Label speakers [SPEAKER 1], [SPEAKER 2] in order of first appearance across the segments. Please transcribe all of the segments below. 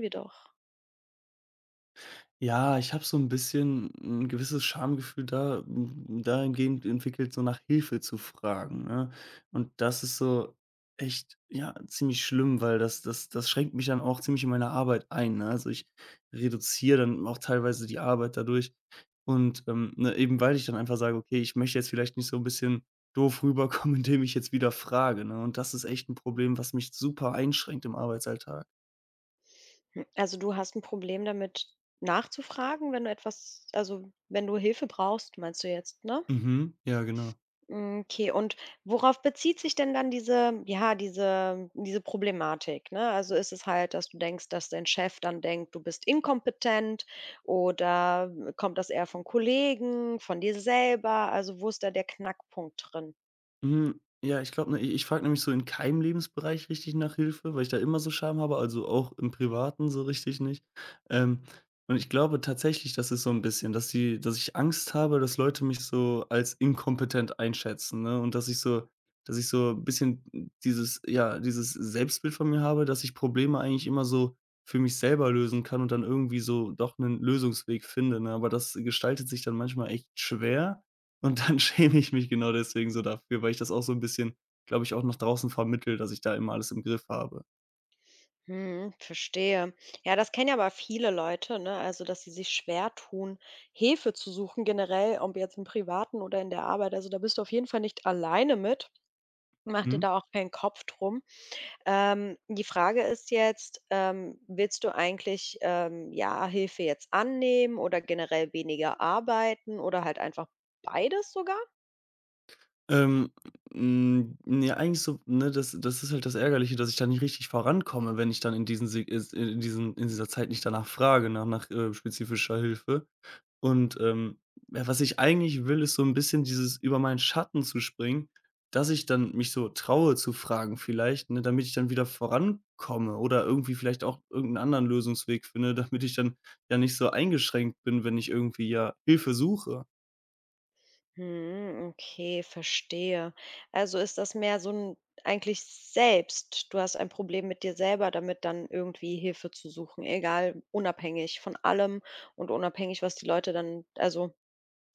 [SPEAKER 1] Wir doch.
[SPEAKER 2] Ja, ich habe so ein bisschen ein gewisses Schamgefühl da dahingehend entwickelt, so nach Hilfe zu fragen, ne? Und das ist so echt, ja, ziemlich schlimm, weil das schränkt mich dann auch ziemlich in meiner Arbeit ein, ne? Also, ich reduziere dann auch teilweise die Arbeit dadurch und, ne, eben weil ich dann einfach sage: „Okay, ich möchte jetzt vielleicht nicht so ein bisschen doof rüberkommen, indem ich jetzt wieder frage“, ne? Und das ist echt ein Problem, was mich super einschränkt im Arbeitsalltag.
[SPEAKER 1] Hm, also, du hast ein Problem damit nachzufragen, wenn du etwas also, wenn du Hilfe brauchst, meinst du jetzt, ne?
[SPEAKER 2] Mhm, ja, genau.
[SPEAKER 1] Hm, okay, und worauf bezieht sich denn dann diese ja, diese Problematik, ne? Also, ist es halt, dass du denkst, dass dein Chef dann denkt, du bist inkompetent oder kommt das eher von Kollegen, von dir selber? Also, wo ist da der Knackpunkt drin?
[SPEAKER 2] Hm, ja, ich glaube, ne, i ich frage nämlich so in keinem Lebensbereich richtig nach Hilfe, weil ich da immer so Scham habe, also auch im Privaten so richtig nicht. Ähm, und ich glaube tatsächlich, das ist so ein bisschen, dass die dass ich Angst habe, dass Leute mich so als inkompetent einschätzen, ne? Und dass ich so ein bisschen dieses ja, dieses Selbstbild von mir habe, dass ich Probleme eigentlich immer so für mich selber lösen kann und dann irgendwie so doch einen Lösungsweg finde, ne? Aber das gestaltet sich dann manchmal echt schwer. Und dann schäme ich mich genau deswegen so dafür, weil ich das auch so 'n bisschen, glaube ich, auch nach draußen vermittle, dass ich da immer alles im Griff habe.
[SPEAKER 1] Mhm, verstehe. Ja, das kennen ja aber viele Leute, ne? Also, dass sie sich schwer tun, Hilfe zu suchen, generell, ob jetzt im Privaten oder in der Arbeit. Also, da bist du auf jeden Fall nicht alleine mit. Mach dir
[SPEAKER 2] Mhm.
[SPEAKER 1] da auch keinen Kopf drum. Die Frage ist jetzt, willst du eigentlich, ja, Hilfe jetzt annehmen oder generell weniger arbeiten oder halt einfach beides sogar?
[SPEAKER 2] Ähm, ne, eigentlich so ne, das ist halt das Ärgerliche, dass ich da nicht richtig vorankomme, wenn ich dann in diesen in dieser Zeit nicht danach frage, nach spezifischer Hilfe. Und, ja, was ich eigentlich will, ist so ein bisschen dieses über meinen Schatten zu springen, dass ich dann mich so traue zu fragen vielleicht, ne, damit ich dann wieder vorankomme oder irgendwie vielleicht auch irgendeinen anderen Lösungsweg finde, damit ich dann ja nicht so eingeschränkt bin, wenn ich irgendwie ja Hilfe suche.
[SPEAKER 1] Mhm, okay, verstehe. Also ist das mehr so 'n eigentlich selbst du hast ein Problem mit dir selber, damit dann irgendwie Hilfe zu suchen, egal unabhängig von allem und unabhängig, was die Leute dann also,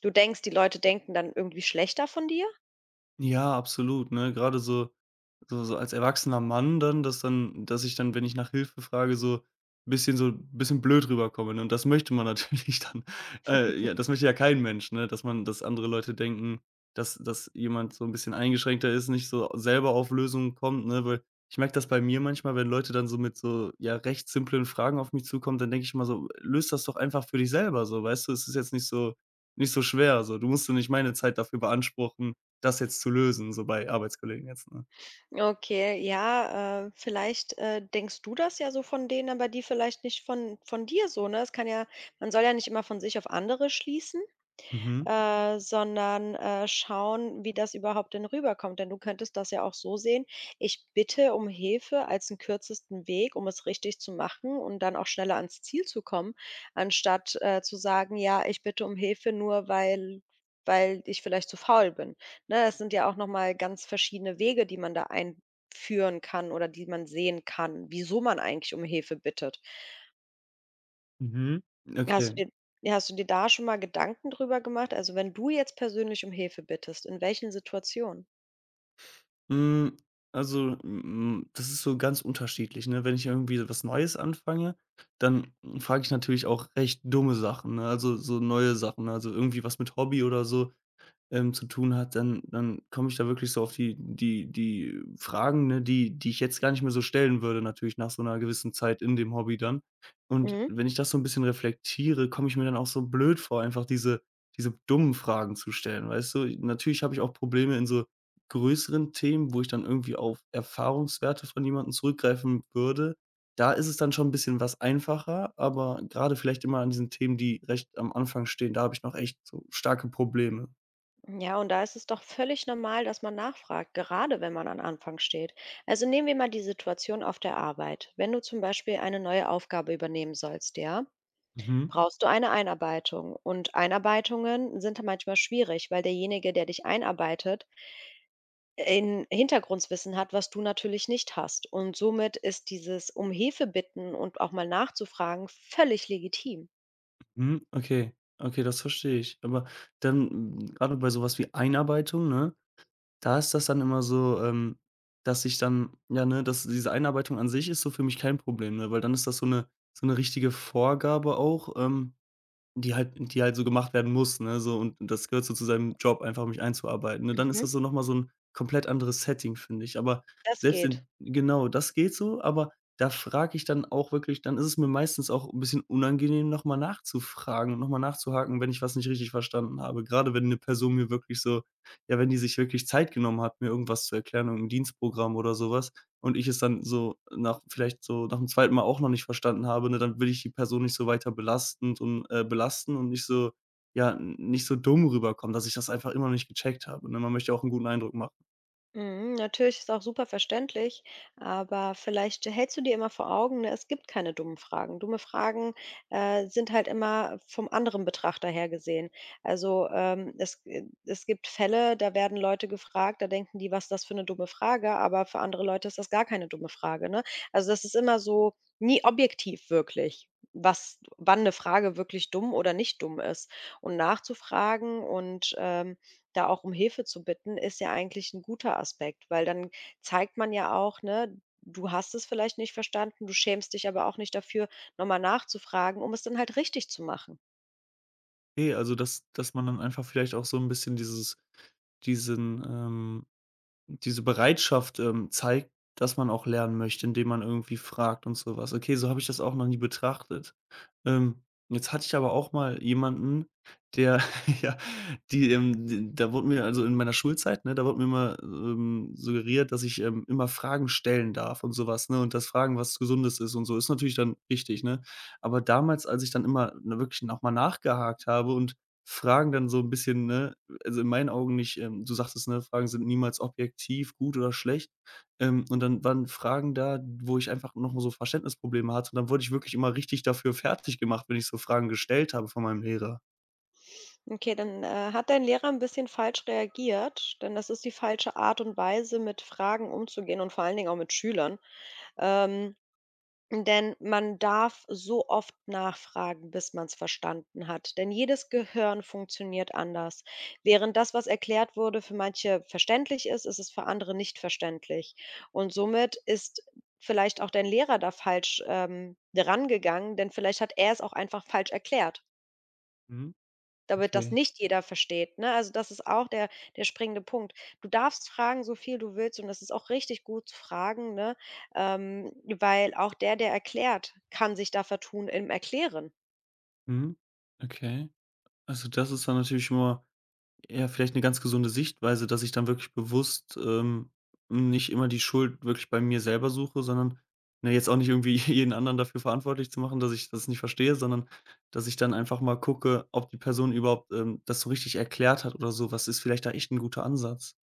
[SPEAKER 1] du denkst, die Leute denken dann irgendwie schlechter von dir?
[SPEAKER 2] Ja, absolut, ne? Gerade so so als erwachsener Mann dann, dass ich dann, wenn ich nach Hilfe frage, so ein bisschen blöd rüberkomme, ne? Und das möchte man natürlich dann ja, das möchte ja kein Mensch, ne? Dass man dass andere Leute denken, dass jemand so ein bisschen eingeschränkter ist, nicht so selber auf Lösungen kommt, ne? Weil ich merke das bei mir manchmal, wenn Leute dann so mit so, ja, recht simplen Fragen auf mich zukommen, dann denke ich immer so: löst das doch einfach für dich selber so, weißt du? Es ist jetzt nicht so schwer so. Du musst du nicht meine Zeit dafür beanspruchen, das jetzt zu lösen, so bei Arbeitskollegen jetzt, ne?
[SPEAKER 1] Okay, ja, vielleicht, denkst du das ja so von denen, aber die vielleicht nicht von dir so, ne? Es kann ja man soll ja nicht immer von sich auf andere schließen.
[SPEAKER 2] Mhm,
[SPEAKER 1] Sondern, schauen, wie das überhaupt denn rüberkommt. Denn du könntest das ja auch so sehen: „Ich bitte um Hilfe als 'n kürzesten Weg, um es richtig zu machen und dann auch schneller ans Ziel zu kommen“, anstatt, zu sagen: „Ja, ich bitte um Hilfe, nur weil ich vielleicht zu faul bin.“ Ne, es sind ja auch noch mal ganz verschiedene Wege, die man da einführen kann oder die man sehen kann, wieso man eigentlich um Hilfe bittet.
[SPEAKER 2] mhm.
[SPEAKER 1] Hast
[SPEAKER 2] Okay.
[SPEAKER 1] du dir Ja, hast du dir da schon mal Gedanken drüber gemacht? Also, wenn du jetzt persönlich um Hilfe bittest, in welchen Situationen?
[SPEAKER 2] Hm, also, das ist so ganz unterschiedlich, ne? Wenn ich irgendwie so was Neues anfange, dann frage ich natürlich auch recht dumme Sachen, ne? Also, so neue Sachen, ne? Also irgendwie was mit Hobby oder so zu tun hat, dann komme ich da wirklich so auf die Fragen, ne, die ich jetzt gar nicht mehr so stellen würde natürlich nach so einer gewissen Zeit in dem Hobby dann. Und
[SPEAKER 1] Mhm.
[SPEAKER 2] wenn ich das so ein bisschen reflektiere, komme ich mir dann auch so blöd vor, einfach diese dummen Fragen zu stellen, weißt du? Natürlich habe ich auch Probleme in so größeren Themen, wo ich dann irgendwie auf Erfahrungswerte von jemandem zurückgreifen würde. Da ist es dann schon ein bisschen was einfacher, aber gerade vielleicht immer an diesen Themen, die recht am Anfang stehen, da habe ich noch echt so starke Probleme.
[SPEAKER 1] Ja, und da ist es doch völlig normal, dass man nachfragt, gerade wenn man am Anfang steht. Also nehmen wir mal die Situation auf der Arbeit. Wenn du zum Beispiel eine neue Aufgabe übernehmen sollst, ja,
[SPEAKER 2] Mhm.
[SPEAKER 1] brauchst du eine Einarbeitung. Und Einarbeitungen sind manchmal schwierig, weil derjenige, der dich einarbeitet, ein Hintergrundwissen hat, was du natürlich nicht hast. Und somit ist dieses um Hilfe bitten und auch mal nachzufragen völlig legitim.
[SPEAKER 2] Mhm. Okay, okay, das verstehe ich. Aber dann, grade bei sowas wie Einarbeitung, ne, da ist das dann immer so, dass ich dann ja, ne, dass diese Einarbeitung an sich ist so für mich kein Problem, ne, weil dann ist das so eine richtige Vorgabe auch, die halt so gemacht werden muss, ne, so und das gehört so zu seinem Job, einfach mich einzuarbeiten, ne? Dann ist
[SPEAKER 1] Mhm.
[SPEAKER 2] das so noch mal so ein komplett anderes Setting, finde ich. Aber
[SPEAKER 1] Das
[SPEAKER 2] selbst
[SPEAKER 1] geht.
[SPEAKER 2] in genau, das geht so, aber da frage ich dann auch wirklich, dann ist es mir meistens auch ein bisschen unangenehm, noch mal nachzufragen und noch mal nachzuhaken, wenn ich was nicht richtig verstanden habe. Gerade wenn eine Person mir wirklich so ja, wenn die sich wirklich Zeit genommen hat, mir irgendwas zu erklären, irgend Dienstprogramm oder sowas und ich es dann so nach vielleicht so nach dem zweiten Mal auch noch nicht verstanden habe, ne, dann will ich die Person nicht so weiter belasten und nicht so ja, n nicht so dumm rüberkommen, dass ich das einfach immer noch nicht gecheckt habe, ne? Man möchte ja auch einen guten Eindruck machen.
[SPEAKER 1] Mhm, natürlich ist auch super verständlich, aber vielleicht hältst du dir immer vor Augen, ne, es gibt keine dummen Fragen. Dumme Fragen sind halt immer vom anderen Betrachter her gesehen. Also es, es gibt Fälle, da werden Leute gefragt, da denken die, was ist das für eine dumme Frage, aber für andere Leute ist das gar keine dumme Frage. Ne? Also das ist immer so nie objektiv wirklich. Was, wann eine Frage wirklich dumm oder nicht dumm ist. Und nachzufragen und da auch um Hilfe zu bitten, ist ja eigentlich ein guter Aspekt, weil dann zeigt man ja auch, ne, du hast es vielleicht nicht verstanden, du schämst dich aber auch nicht dafür, noch mal nachzufragen, um es dann halt richtig zu machen.
[SPEAKER 2] Okay, also dass man dann einfach vielleicht auch so ein bisschen dieses diesen, Diese Bereitschaft, zeigt, dass man auch lernen möchte, indem man irgendwie fragt und so was. Okay, so habe ich das auch noch nie betrachtet. Ähm, Jetzt hatte ich aber auch mal jemanden, der ja, die, d da wurde mir also in meiner Schulzeit, ne, da wurde mir immer, suggeriert, dass ich, immer Fragen stellen darf und so was, ne, und das Fragen was Gesundes ist und so. Ist natürlich dann richtig, ne? Aber damals, als ich dann immer, ne, wirklich noch mal nachgehakt habe und Fragen dann so ein bisschen, ne also in meinen Augen nicht du sagtest, ne, Fragen sind niemals objektiv gut oder schlecht. Und dann waren Fragen da, wo ich einfach noch mal so Verständnisprobleme hatte. Und dann wurde ich wirklich immer richtig dafür fertig gemacht, wenn ich so Fragen gestellt habe von meinem Lehrer.
[SPEAKER 1] Okay, dann, hat dein Lehrer ein bisschen falsch reagiert, denn das ist die falsche Art und Weise, mit Fragen umzugehen und vor allen Dingen auch mit Schülern. Ähm Denn man darf so oft nachfragen, bis man es verstanden hat, denn jedes Gehirn funktioniert anders. Während das, was erklärt wurde, für manche verständlich ist, ist es für andere nicht verständlich. Und somit ist vielleicht auch dein Lehrer da falsch, rangegangen, denn vielleicht hat er es auch einfach falsch erklärt.
[SPEAKER 2] Mhm.
[SPEAKER 1] Damit das
[SPEAKER 2] Okay.
[SPEAKER 1] nicht jeder versteht, ne? Also, das ist auch der der springende Punkt. Du darfst fragen, so viel du willst und das ist auch richtig gut zu fragen, ne? Weil auch der, der erklärt, kann sich da vertun im Erklären.
[SPEAKER 2] Mhm. Okay. Also das ist dann natürlich immer ja, vielleicht eine ganz gesunde Sichtweise, dass ich dann wirklich bewusst, nicht immer die Schuld wirklich bei mir selber suche, sondern ne, jetzt auch nicht irgendwie jeden anderen dafür verantwortlich zu machen, dass ich das nicht verstehe, sondern dass ich dann einfach mal gucke, ob die Person überhaupt, das so richtig erklärt hat oder so was ist vielleicht da echt ein guter Ansatz.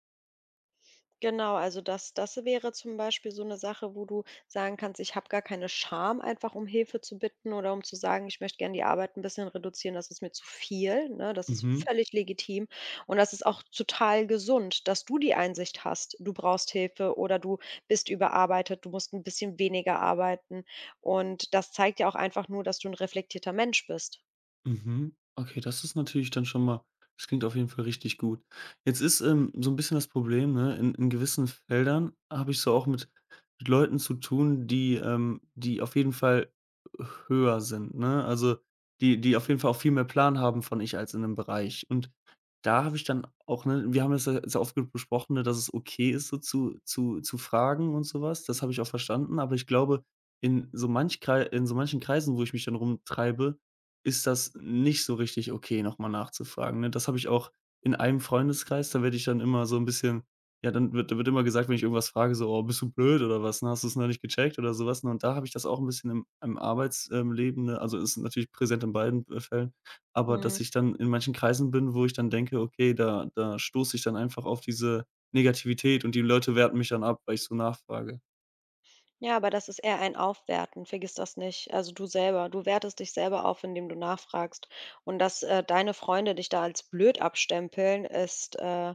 [SPEAKER 1] Genau, also das wäre zum Beispiel so eine Sache, wo du sagen kannst: „Ich habe gar keine Scham, einfach um Hilfe zu bitten oder um zu sagen, ich möchte gerne die Arbeit ein bisschen reduzieren, das ist mir zu viel“, ne? Das ist
[SPEAKER 2] Mhm.
[SPEAKER 1] völlig legitim und das ist auch total gesund, dass du die Einsicht hast, du brauchst Hilfe oder du bist überarbeitet, du musst ein bisschen weniger arbeiten und das zeigt ja auch einfach nur, dass du ein reflektierter Mensch bist.
[SPEAKER 2] Mhm. Okay, das ist natürlich dann schon mal, das klingt auf jeden Fall richtig gut. Jetzt ist, so ein bisschen das Problem, ne, in gewissen Feldern habe ich so auch mit Leuten zu tun, die auf jeden Fall höher sind, ne? Also, die auf jeden Fall auch viel mehr Plan haben von ich als in 'nem Bereich. Und da habe ich dann auch, ne, wir haben das ja sehr oft genug besprochen, ne, dass es okay ist, so zu fragen und sowas. Das habe ich auch verstanden. Aber ich glaube, in so manchen Kreisen, wo ich mich dann rumtreibe, ist das nicht so richtig okay, nochmal nachzufragen, ne? Das habe ich auch in einem Freundeskreis, da werde ich dann immer so 'n bisschen ja, dann wird da wird immer gesagt, wenn ich irgendwas frage, so: „Oh, bist du blöd oder was, ne? Hast du's noch nicht gecheckt?“ oder so was, ne? Und da habe ich das auch 'n bisschen im Arbeits Leben, ne, also, ist natürlich präsent in beiden, Fällen, aber
[SPEAKER 1] Mhm.
[SPEAKER 2] dass ich dann in manchen Kreisen bin, wo ich dann denke: „Okay, da stoße ich dann einfach auf diese Negativität und die Leute werten mich dann ab, weil ich so nachfrage.“
[SPEAKER 1] Ja, aber das ist eher ein Aufwerten. Vergiss das nicht. Also du selber, du wertest dich selber auf, indem du nachfragst. Und dass deine Freunde dich da als blöd abstempeln, ist,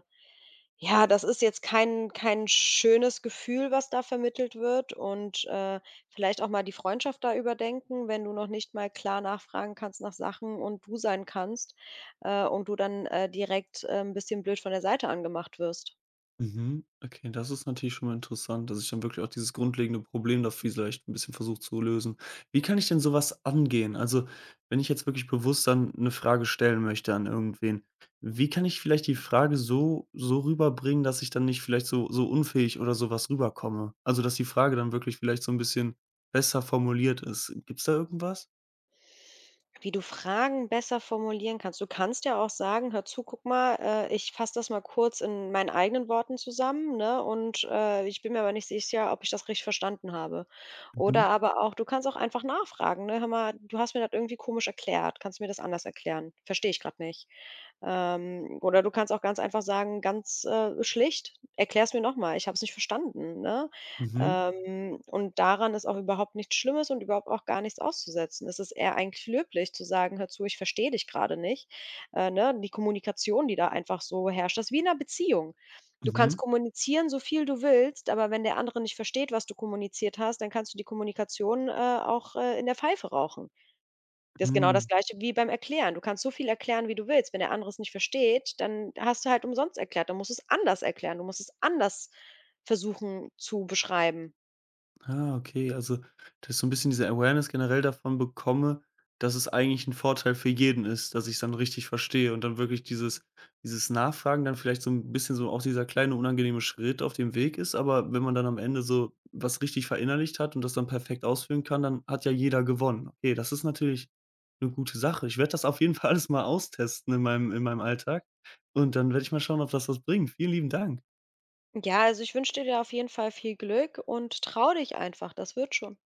[SPEAKER 1] ja, das ist jetzt kein, kein schönes Gefühl, was da vermittelt wird. Und vielleicht auch mal die Freundschaft da überdenken, wenn du noch nicht mal klar nachfragen kannst nach Sachen und du sein kannst und du dann direkt ein bisschen blöd von der Seite angemacht wirst.
[SPEAKER 2] Mhm. Okay, das ist natürlich schon mal interessant, dass ich dann wirklich auch dieses grundlegende Problem da vielleicht ein bisschen versuche zu lösen. Wie kann ich denn so was angehen? Also, wenn ich jetzt wirklich bewusst dann eine Frage stellen möchte an irgendwen, wie kann ich vielleicht die Frage so rüberbringen, dass ich dann nicht vielleicht so unfähig oder so was rüberkomme? Also, dass die Frage dann wirklich vielleicht so ein bisschen besser formuliert ist. Gibt's da irgendwas?
[SPEAKER 1] Wie du Fragen besser formulieren kannst. Du kannst ja auch sagen: „Hör zu, guck mal, ich fasse das mal kurz in meinen eigenen Worten zusammen, ne, und, ich bin mir aber nicht sicher, ob ich das richtig verstanden habe.“ Oder
[SPEAKER 2] Mhm.
[SPEAKER 1] aber auch du kannst auch einfach nachfragen, ne: „Hör mal, du hast mir das irgendwie komisch erklärt. Kannst du mir das anders erklären? Verstehe ich gerade nicht.“ Oder du kannst auch ganz einfach sagen, ganz, schlicht: erklär es mir nochmal. Ich habe es nicht verstanden“, ne?
[SPEAKER 2] Mhm.
[SPEAKER 1] Und daran ist auch überhaupt nichts Schlimmes und überhaupt auch gar nichts auszusetzen. Es ist eher eigentlich löblich zu sagen: „Hör zu, ich verstehe dich gerade nicht.“ Ne, die Kommunikation, die da einfach so herrscht, das ist wie in einer Beziehung. Du kannst
[SPEAKER 2] Mhm.
[SPEAKER 1] kommunizieren, so viel du willst, aber wenn der andere nicht versteht, was du kommuniziert hast, dann kannst du die Kommunikation, auch, in der Pfeife rauchen. Das ist genau das
[SPEAKER 2] Hm.
[SPEAKER 1] Gleiche wie beim Erklären. Du kannst so viel erklären, wie du willst. Wenn der andere es nicht versteht, dann hast du halt umsonst erklärt. Dann musst du es anders erklären. Du musst es anders versuchen zu beschreiben.
[SPEAKER 2] Ah, okay, also, dass ich so ein bisschen diese Awareness generell davon bekomme, dass es eigentlich ein Vorteil für jeden ist, dass ich's dann richtig verstehe und dann wirklich dieses Nachfragen dann vielleicht so ein bisschen so auch dieser kleine unangenehme Schritt auf dem Weg ist, aber wenn man dann am Ende so was richtig verinnerlicht hat und das dann perfekt ausführen kann, dann hat ja jeder gewonnen. Okay, das ist natürlich eine gute Sache. Ich werde das auf jeden Fall alles mal austesten in meinem Alltag und dann werde ich mal schauen, ob das was bringt. Vielen lieben Dank.
[SPEAKER 1] Ja, also ich wünsche dir da auf jeden Fall viel Glück und trau dich einfach, das wird schon.